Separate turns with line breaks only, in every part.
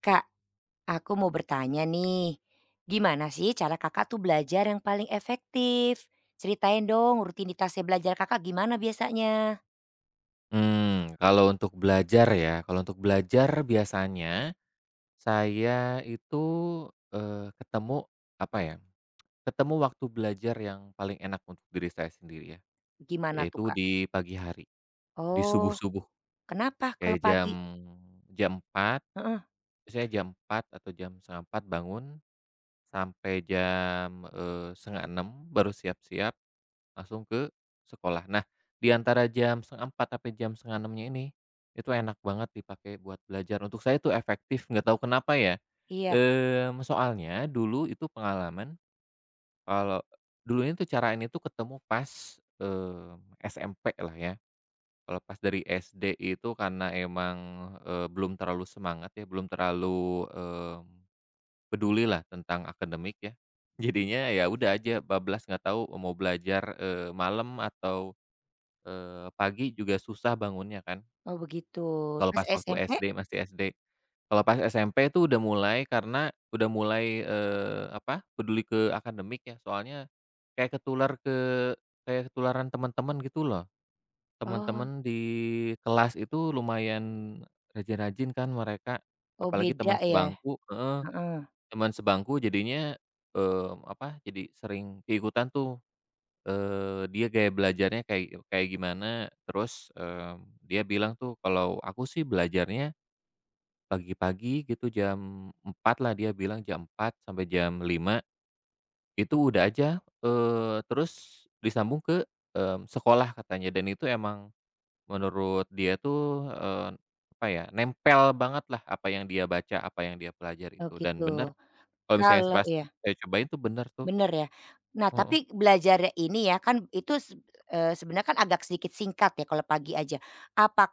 Kak, aku mau bertanya nih. Gimana sih cara kakak tuh belajar yang paling efektif? Ceritain dong rutinitasnya belajar kakak gimana biasanya?
Kalau untuk belajar ya, kalau untuk belajar biasanya saya itu, ketemu, apa ya, ketemu waktu belajar yang paling enak untuk diri saya sendiri ya,
Gimana tuh
yaitu
kak?
di pagi hari, di
Oh,
subuh-subuh.
kenapa kalau
Kayak jam
pagi?
jam empat,
Heeh,
saya jam 4 atau jam 3.30 bangun, sampai jam, 5.30 baru siap-siap. Langsung ke sekolah. Nah, di antara jam 3.30 sampai jam 5.30nya ini, itu enak banget dipakai buat belajar. Untuk saya itu efektif, nggak tahu kenapa ya.
iya.
Soalnya dulu itu pengalaman kalau dulunya tuh cara ini tuh ketemu pas, SMP lah ya. Kalau pas dari SD itu karena emang, belum terlalu semangat ya, belum terlalu, peduli lah tentang akademik ya. Jadinya ya udah aja bablas, nggak tahu mau belajar, malam atau pagi juga susah bangunnya kan,
Oh begitu.
kalau
Pas
pas waktu
SMP?
SD, masih SD. Kalau pas SMP itu udah mulai karena udah mulai, apa, peduli ke akademik ya, soalnya kayak ketular ke kayak ketularan teman-teman gitu loh.
Oh,
Teman-teman di kelas itu lumayan rajin-rajin kan mereka,
oh
apalagi
beda
teman
ya?
sebangku, heeh,
Heeh.
teman sebangku jadinya, apa, jadi sering keikutan tuh. Dia gaya belajarnya kayak kayak gimana, terus, dia bilang tuh kalau aku sih belajarnya pagi-pagi gitu jam 4 lah, dia bilang jam 4 sampai jam 5 itu udah aja, terus disambung ke, sekolah katanya, dan itu emang menurut dia tuh, apa ya, nempel banget lah apa yang dia baca, apa yang dia pelajari
Oh
itu, dan
gitu.
bener kalau misalnya
Kalau
pas
ya
saya cobain tuh bener tuh.
bener ya. Nah,
Heeh.
tapi belajarnya ini ya kan itu se sebenarnya kan agak sedikit singkat ya kalau pagi aja.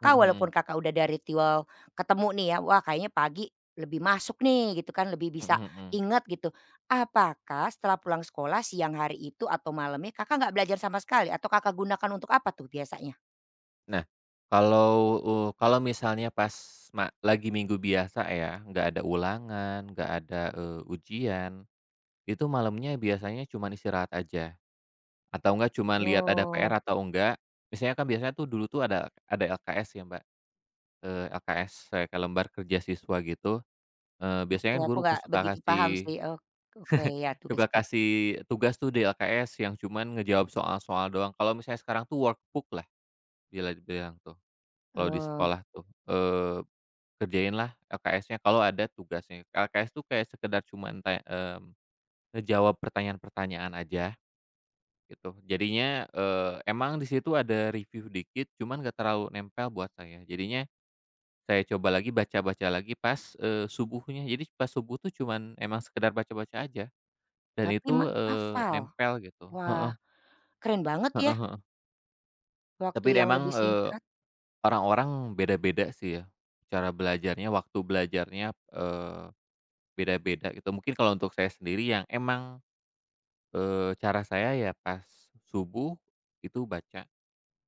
Mhm
walaupun
mhm.
Kakak udah dari ritual ketemu nih ya, wah kayaknya pagi lebih masuk nih gitu kan, lebih
Mhm
bisa
mhm.
inget gitu. Apakah setelah pulang sekolah siang hari itu atau malamnya Kakak nggak belajar sama sekali atau Kakak gunakan untuk apa tuh biasanya?
Nah, kalau, kalau misalnya pas lagi minggu biasa ya, nggak ada ulangan, nggak ada, ujian, itu malamnya biasanya cuma istirahat aja, atau enggak cuma lihat ada PR
Oh,
atau enggak, misalnya kan biasanya tuh dulu tuh ada LKS ya Mbak, LKS kayak lembar kerja siswa gitu, biasanya
oke
kan
aku
guru
nggak
suka
begitu paham
kasih
sih. Oh, oke ya tugas
suka
itu.
kasih tugas tuh di LKS yang cuman ngejawab soal-soal doang, kalau misalnya sekarang tuh workbook lah bila dibilang tuh, kalau di
Oh,
sekolah tuh, eh, kerjainlah LKS-nya kalau ada tugasnya. LKS tuh kayak sekedar cuman ngejawab pertanyaan-pertanyaan aja gitu. Jadinya, emang di situ ada review dikit, cuman gak terlalu nempel buat saya. Jadinya saya coba lagi, baca-baca lagi pas, subuhnya. Jadi pas subuh tuh cuman emang sekedar baca-baca aja dan
tapi
itu,
ma hafal?
nempel gitu.
Wah
Heeh,
keren banget ya.
heeh, heeh. Tapi
Waktu yang
emang,
lebih singkat?
orang-orang beda-beda sih ya cara belajarnya, waktu belajarnya, eh, beda-beda gitu. Mungkin kalau untuk saya sendiri yang emang, cara saya ya pas subuh itu baca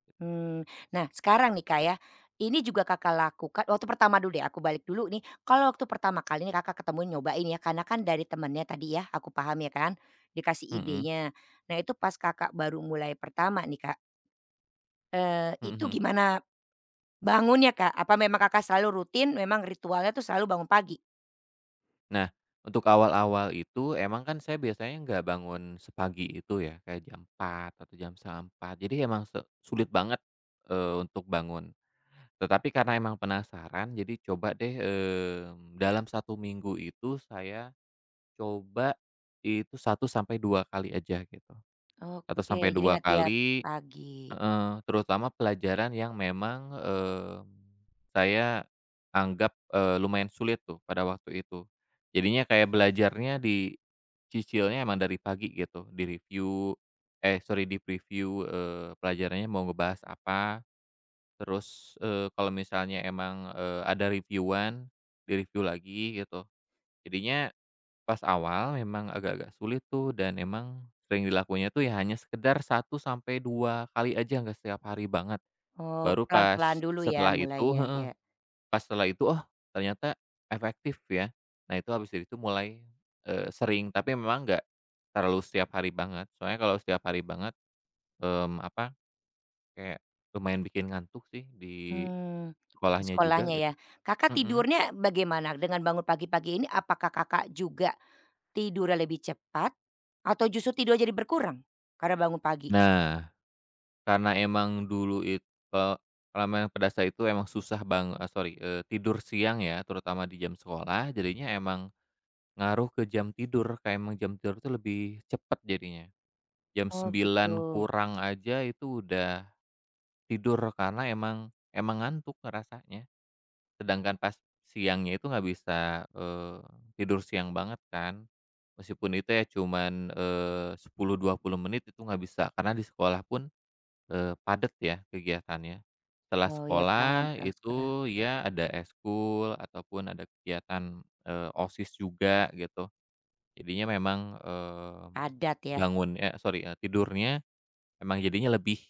gitu.
Hmm. Nah sekarang nih Kak ya, ini juga Kakak lakukan waktu pertama dulu deh aku balik dulu nih, kalau waktu pertama kali nih Kakak ketemu nyobain ya karena kan dari temennya tadi ya aku paham ya kan, dikasih
Mhm,
idenya. Nah itu pas Kakak baru mulai pertama nih Kak, eh
mhm
itu
mhm.
gimana bangunnya Kak? Apa memang Kakak selalu rutin memang ritualnya tuh selalu bangun pagi?
Nah, untuk awal-awal itu emang kan saya biasanya nggak bangun sepagi itu ya, kayak jam empat atau jam setengah empat, jadi emang sulit banget, untuk bangun. Tetapi karena emang penasaran jadi coba deh, dalam satu minggu itu saya coba itu 1 sampai 2 kali aja gitu. satu
Oke
sampai
jadi
dua
nggak tiap
kali
pagi.
heeh, terutama pelajaran yang memang, saya anggap, lumayan sulit tuh pada waktu itu. Jadinya kayak belajarnya dicicilnya emang dari pagi gitu, di-review, sorry, di-preview, pelajarannya mau ngebahas apa, terus, kalau misalnya emang, ada review-an, di-review lagi gitu. Jadinya pas awal memang agak-agak sulit tuh, dan emang sering dilakuinnya tuh ya hanya sekedar 1 sampai 2 kali aja, nggak setiap hari banget.
Oh
Baru pas
pelan-pelan dulu ya
setelah itu,
mulainya,
heeh,
ya.
pas setelah itu, oh ternyata efektif ya. Nah itu habis dari itu mulai, sering, tapi memang nggak terlalu setiap hari banget. Soalnya kalau setiap hari banget, apa, kayak lumayan bikin ngantuk sih di
Hmm, di
sekolahnya juga
sekolahnya
gitu.
ya. Kakak
Mhm.
tidurnya bagaimana dengan bangun pagi-pagi ini, apakah Kakak juga tidurnya lebih cepat atau justru tidur jadi berkurang karena bangun pagi?
Nah, karena emang dulu itu kalau ramen pedas itu emang susah sorry, tidur siang ya, terutama di jam sekolah, jadinya emang ngaruh ke jam tidur, kayak emang jam tidur itu lebih cepat jadinya. Jam
Oh begitu.
sembilan kurang aja itu udah tidur, karena emang emang ngantuk ngerasanya. Sedangkan pas siangnya itu nggak bisa, tidur siang banget kan. Meskipun itu ya cuman, 10 20 menit itu nggak bisa, karena di sekolah pun padat ya kegiatannya. Setelah
Oh ya paham,
sekolah
pulang sekolah
itu ya ada eskul ataupun ada kegiatan, OSIS juga gitu. Jadinya memang,
padat ya.
sorry, tidurnya memang jadinya lebih,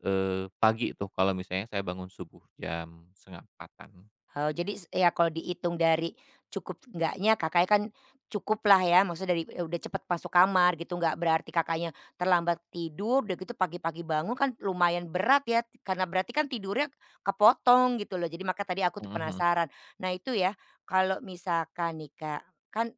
pagi tuh kalau misalnya saya bangun subuh jam 3.30an.
Oh, jadi s ya kalau dihitung dari cukup enggaknya Kakaknya kan cukup lah ya, maksudnya dari udah cepet masuk kamar gitu, nggak berarti Kakaknya terlambat tidur, udah gitu pagi-pagi bangun kan lumayan berat ya, karena berarti kan tidurnya kepotong gitu loh. Jadi maka tadi aku tuh penasaran. Nah itu ya, kalau misalkan nih Kak, kan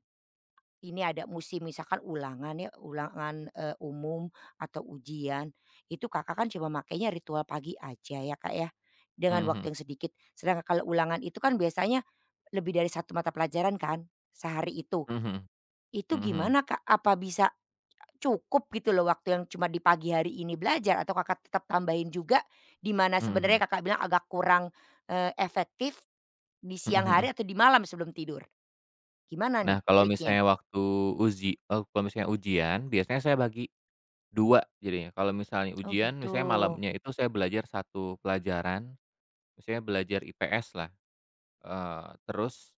ini ada musim misalkan ulangan ya, ulangan, umum atau ujian, itu Kakak kan cuma makainya ritual pagi aja ya, Kak, ya, dengan
Mhm
waktu yang sedikit. Sedangkan kalau ulangan itu kan biasanya lebih dari satu mata pelajaran kan sehari itu.
mhm.
Itu
Mhm mhm.
gimana, Kak? Apa bisa cukup gitu loh waktu yang cuma di pagi hari ini belajar atau Kakak tetap tambahin juga di mana
Mhm mhm. Mhm mhm.
sebenarnya Kakak bilang agak kurang, efektif di
Mhm
siang
mhm.
hari atau di malam sebelum tidur? Gimana
Nah,
nih
kalau
triknya?
misalnya waktu kalau misalnya ujian biasanya saya bagi 2 jadinya, kalau misalnya
Oh
ujian,
gitu,
misalnya malamnya itu saya belajar satu pelajaran, misalnya belajar IPS lah, terus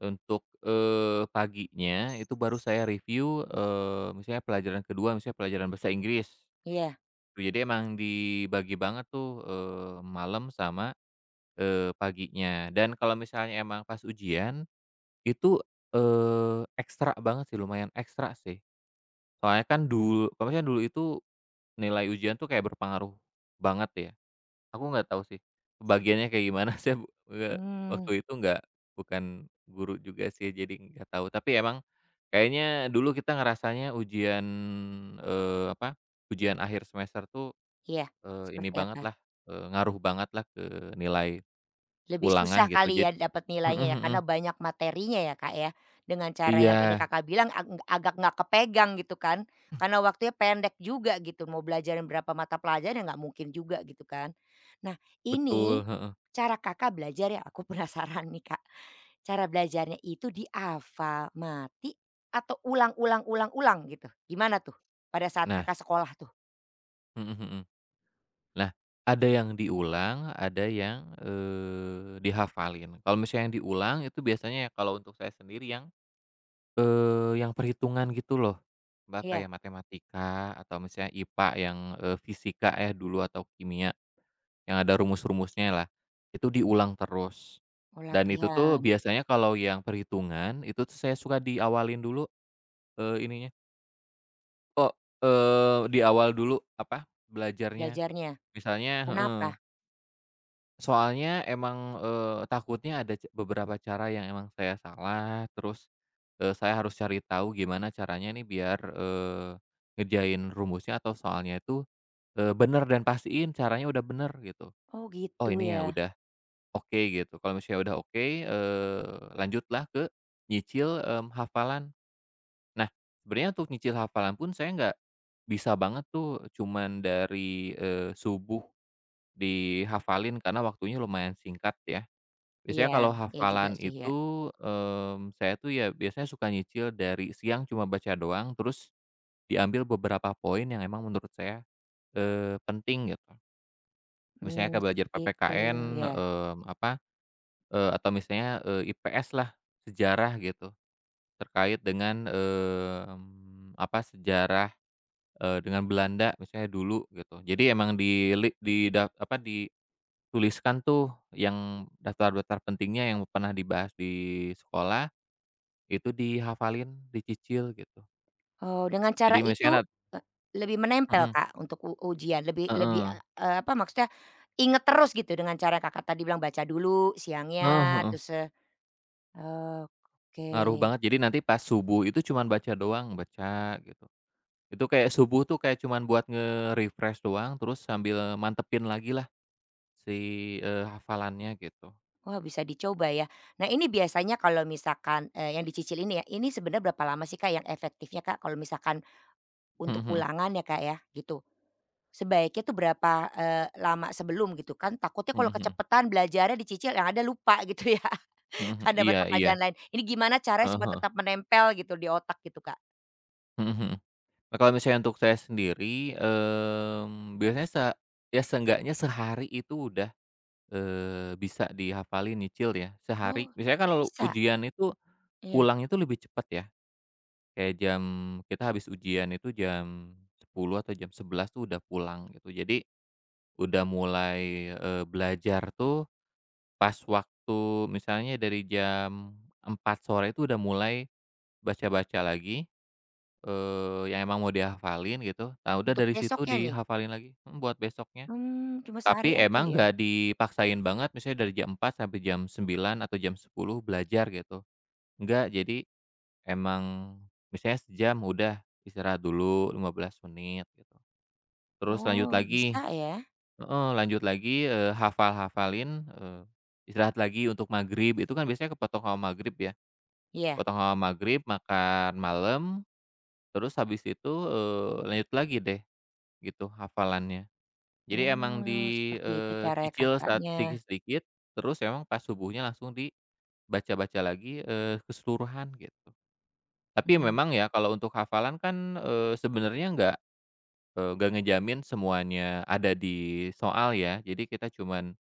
untuk, paginya itu baru saya review, misalnya pelajaran kedua misalnya pelajaran bahasa Inggris.
iya.
Jadi emang dibagi banget tuh, malam sama, paginya. Dan kalau misalnya emang pas ujian, itu, ekstra banget sih, lumayan ekstra sih. Soalnya kan dulu kalau misalnya dulu itu nilai ujian tuh kayak berpengaruh banget ya. Aku nggak tahu sih, pembagiannya kayak gimana, eee,
Mmm,
waktu itu nggak bukan guru juga sih, jadi nggak tahu. Tapi emang kayaknya dulu kita ngerasanya ujian, apa, ujian akhir semester tuh,
iya,
ini
seperti apa?
bangetlah, ngaruh banget lah ke nilai
Lebih
ulangan
susah
gitu.
kali ya dapat nilainya ya karena banyak materinya ya, Kak, ya? Dengan cara
Iya,
yang tadi Kakak bilang ag agak nggak kepegang gitu kan, karena waktunya pendek juga gitu, mau belajarin berapa mata pelajaran ya nggak mungkin juga gitu kan. Nah
betul,
ini,
heeh.
cara Kakak belajar ya aku penasaran nih, Kak, cara belajarnya itu di Alfamati atau ulang ulang ulang ulang gitu? Gimana tuh pada saat
Nah,
Kakak sekolah tuh?
mhm mhm. Nah, ada yang diulang, ada yang, dihafalin. Kalau misalnya yang diulang itu biasanya ya kalau untuk saya sendiri yang yang perhitungan gitu loh, Mbak,
Iya,
kayak matematika atau misalnya IPA yang, fisika ya dulu atau kimia, yang ada rumus-rumusnya lah, itu diulang terus.
oh
Dan itu tuh
latihan,
biasanya kalau yang perhitungan, itu tuh saya suka diawalin dulu, ininya, kok, di awal dulu, apa, belajarnya.
belajarnya,
Misalnya heeh.
kenapa?
Soalnya emang, takutnya ada beberapa cara yang emang saya salah, terus, saya harus cari tahu gimana caranya nih biar, ngerjain rumusnya atau soalnya itu, bener dan pastiin caranya udah bener gitu.
Oh
Oh
gitu
ini
ya.
ya udah oke gitu, kalau misalnya udah oke, lanjutlah ke nyicil, hafalan. Nah, sebenarnya untuk nyicil hafalan pun saya nggak bisa banget tuh cuman dari, subuh dihafalin karena waktunya lumayan singkat ya.
Iya,
Biasanya kalau
iya juga
hafalan
sih ya.
itu, saya tuh ya biasanya suka nyicil dari siang cuma baca doang, terus diambil beberapa poin yang emang menurut saya, penting gitu. Misalnya
Hmm
kayak belajar
seperti itu
PPKN,
ya.
apa, atau misalnya, IPS lah, sejarah gitu, terkait dengan, apa, sejarah, dengan Belanda misalnya dulu gitu. Jadi emang dili di da apa, dituliskan tuh yang daftar-daftar pentingnya yang pernah dibahas di sekolah. Itu dihafalin, dicicil gitu.
Oh dengan cara
Jadi misalnya
itu, e lebih menempel
mhm,
Kak untuk u ujian lebih lebih,
heeh,
apa maksudnya inget terus gitu dengan cara Kakak tadi bilang baca dulu
heeh
siangnya
heeh,
terus,
ngaruh
oke.
banget. Jadi nanti pas subuh itu cuman baca doang, baca gitu. Itu kayak subuh tuh kayak cuman buat nge-refresh doang, terus sambil mantepin lagi lah si, hafalannya gitu.
Wah bisa dicoba ya. Nah ini biasanya kalau misalkan, yang dicicil ini ya, ini sebenarnya berapa lama sih Kak yang efektifnya Kak kalau misalkan
Mhm
untuk
mhm,
ulangan ya Kak ya gitu? Sebaiknya tuh berapa, lama sebelum gitu kan takutnya
mhm
kalau
mhm,
kecepatan belajarnya dicicil yang ada lupa gitu ya,
mhm mhm,
kan ada
iya
mata
iya,
pelajaran lain. Ini gimana caranya
heeh
supaya
heeh,
tetap menempel gitu di otak gitu, Kak?
mhm mhm. Nah, kalau misalnya untuk saya sendiri, biasanya ya seenggaknya sehari itu udah bisa dihafalin, nyicil ya, sehari.
Oh,
Biasanya kalau
bisa?
ujian itu,
Iya,
pulang itu lebih cepat ya, kayak jam kita habis ujian itu jam 10 atau jam 11 tuh udah pulang gitu. Jadi, udah mulai, belajar tuh pas waktu misalnya dari jam 4 sore itu udah mulai baca-baca lagi, yang emang mau dihafalin gitu. Nah udah
untuk
dari situ
besoknya nih?
dihafalin lagi, mhm, buat besoknya.
Mmm, cuma sehari
Tapi
aja
emang
ya?
nggak dipaksain banget misalnya dari jam 4 sampai jam 9 atau jam 10 belajar gitu, nggak. Jadi emang misalnya sejam udah istirahat dulu 15 menit gitu, terus lanjut
Oh, bisa
lagi,
ya?
heeh, lanjut lagi, hafal-hafalin, istirahat lagi untuk maghrib, itu kan biasanya kepotong sama maghrib ya,
Iya.
potong sama maghrib, makan malam, terus habis itu, lanjut lagi deh gitu hafalannya. Jadi emang
Oh,
di,
seperti itu caranya
cicil
Kakaknya.
sedikit-sedikit, terus emang pas subuhnya langsung dibaca-baca lagi, keseluruhan gitu. Tapi
Hmm
memang ya kalau untuk hafalan kan, sebenarnya nggak, nggak ngejamin semuanya ada di soal ya. Jadi kita cuman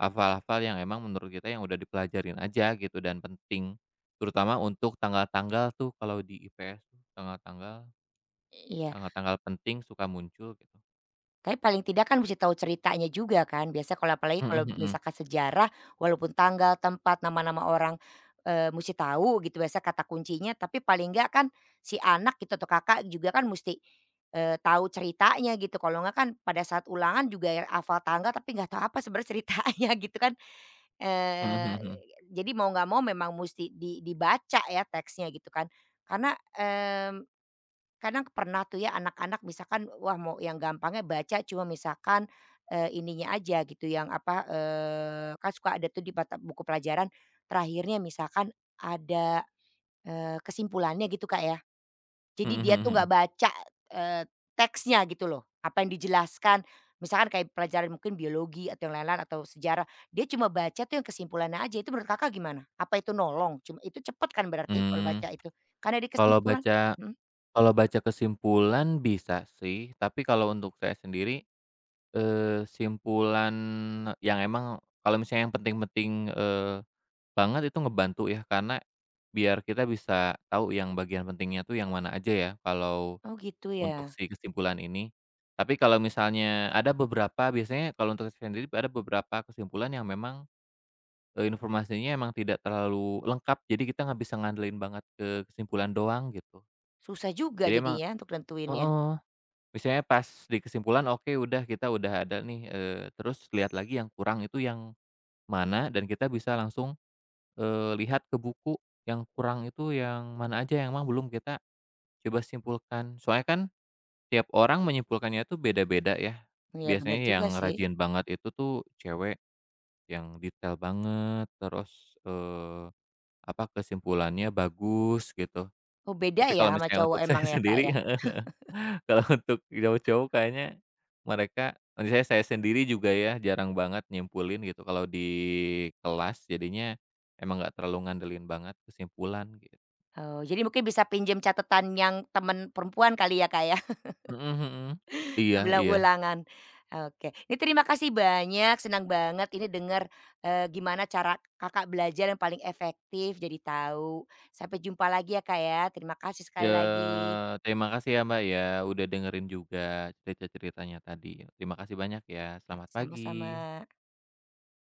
hafal-hafal yang emang menurut kita yang udah dipelajarin aja gitu dan penting. Terutama untuk tanggal-tanggal tuh kalau di IPS tuh tanggal-tanggal,
iya.
tanggal-tanggal penting suka muncul gitu.
Tapi paling tidak kan mesti tahu ceritanya juga kan, biasa kalau apalagi
Mhm
kalau
mhm.
misalkan sejarah, walaupun tanggal, tempat, nama-nama orang, musti tahu gitu biasa kata kuncinya, tapi paling enggak kan si anak gitu atau kakak juga kan mesti tahu ceritanya gitu, kalau enggak kan pada saat ulangan juga ya hafal tanggal tapi nggak tahu apa sebenarnya ceritanya gitu kan,
Mhm
eee,
mhm mhm.
jadi mau nggak mau memang mesti di dibaca ya teksnya gitu kan, karena, kadang pernah tuh ya anak-anak misalkan wah mau yang gampangnya baca cuma misalkan, ininya aja gitu yang apa, kan suka ada tuh di mata buku pelajaran terakhirnya misalkan ada, kesimpulannya gitu, Kak, ya. Jadi
Mhm
dia
mhm
tuh nggak
mhm.
baca, eee, teksnya gitu loh, apa yang dijelaskan. Misalkan kayak pelajaran mungkin biologi atau yang lain-lain atau sejarah, dia cuma baca tuh yang kesimpulannya aja itu menurut Kakak gimana? Apa itu nolong? Cuma itu cepet kan berarti kalau
Mmm.
baca itu? Karena di
Kalau
kesimpulan
baca
mhm,
kalau baca kesimpulan bisa sih, tapi kalau untuk saya sendiri, simpulan yang emang kalau misalnya yang penting-penting, banget itu ngebantu ya, karena biar kita bisa tahu yang bagian pentingnya tuh yang mana aja ya, kalau
oh gitu ya?
untuk si kesimpulan ini. Tapi kalau misalnya ada beberapa biasanya kalau untuk saya sendiri ada beberapa kesimpulan yang memang, informasinya emang tidak terlalu lengkap, jadi kita nggak bisa ngandelin banget ke kesimpulan doang gitu.
Susah juga
Jadi emang
jadinya untuk nentuinnya.
heeh. Misalnya pas di kesimpulan oke udah kita udah ada nih, terus lihat lagi yang kurang itu yang mana dan kita bisa langsung, lihat ke buku yang kurang itu yang mana aja yang memang belum kita coba simpulkan. Soalnya kan tiap orang menyimpulkannya itu beda-beda ya.
Iya bener
Biasanya yang
juga sih.
rajin banget itu tuh cewek yang detail banget terus, apa, kesimpulannya bagus gitu.
Oh beda
Tapi
ya
kalau
sama
misalnya
cowok
untuk saya
emang ya, Kak,
sendiri
ya?
heeh. Kalau untuk jauh-jauh kayaknya mereka misalnya saya sendiri juga ya jarang banget nyimpulin gitu kalau di kelas jadinya emang nggak terlalu ngandelin banget kesimpulan gitu.
Oh jadi mungkin bisa pinjam catatan yang temen perempuan kali ya, Kak, ya
Mhm mhm. Iya
sebelum
iya.
ulangan. Oke, ini terima kasih banyak senang banget ini denger, gimana cara Kakak belajar yang paling efektif jadi tahu. Sampai jumpa lagi ya, Kak, ya. Terima kasih sekali
Ya,
lagi.
terima kasih ya, Mbak, ya udah dengerin juga cerita-ceritanya tadi. Terima kasih banyak ya.
Ya
Selamat
sama-sama.
pagi.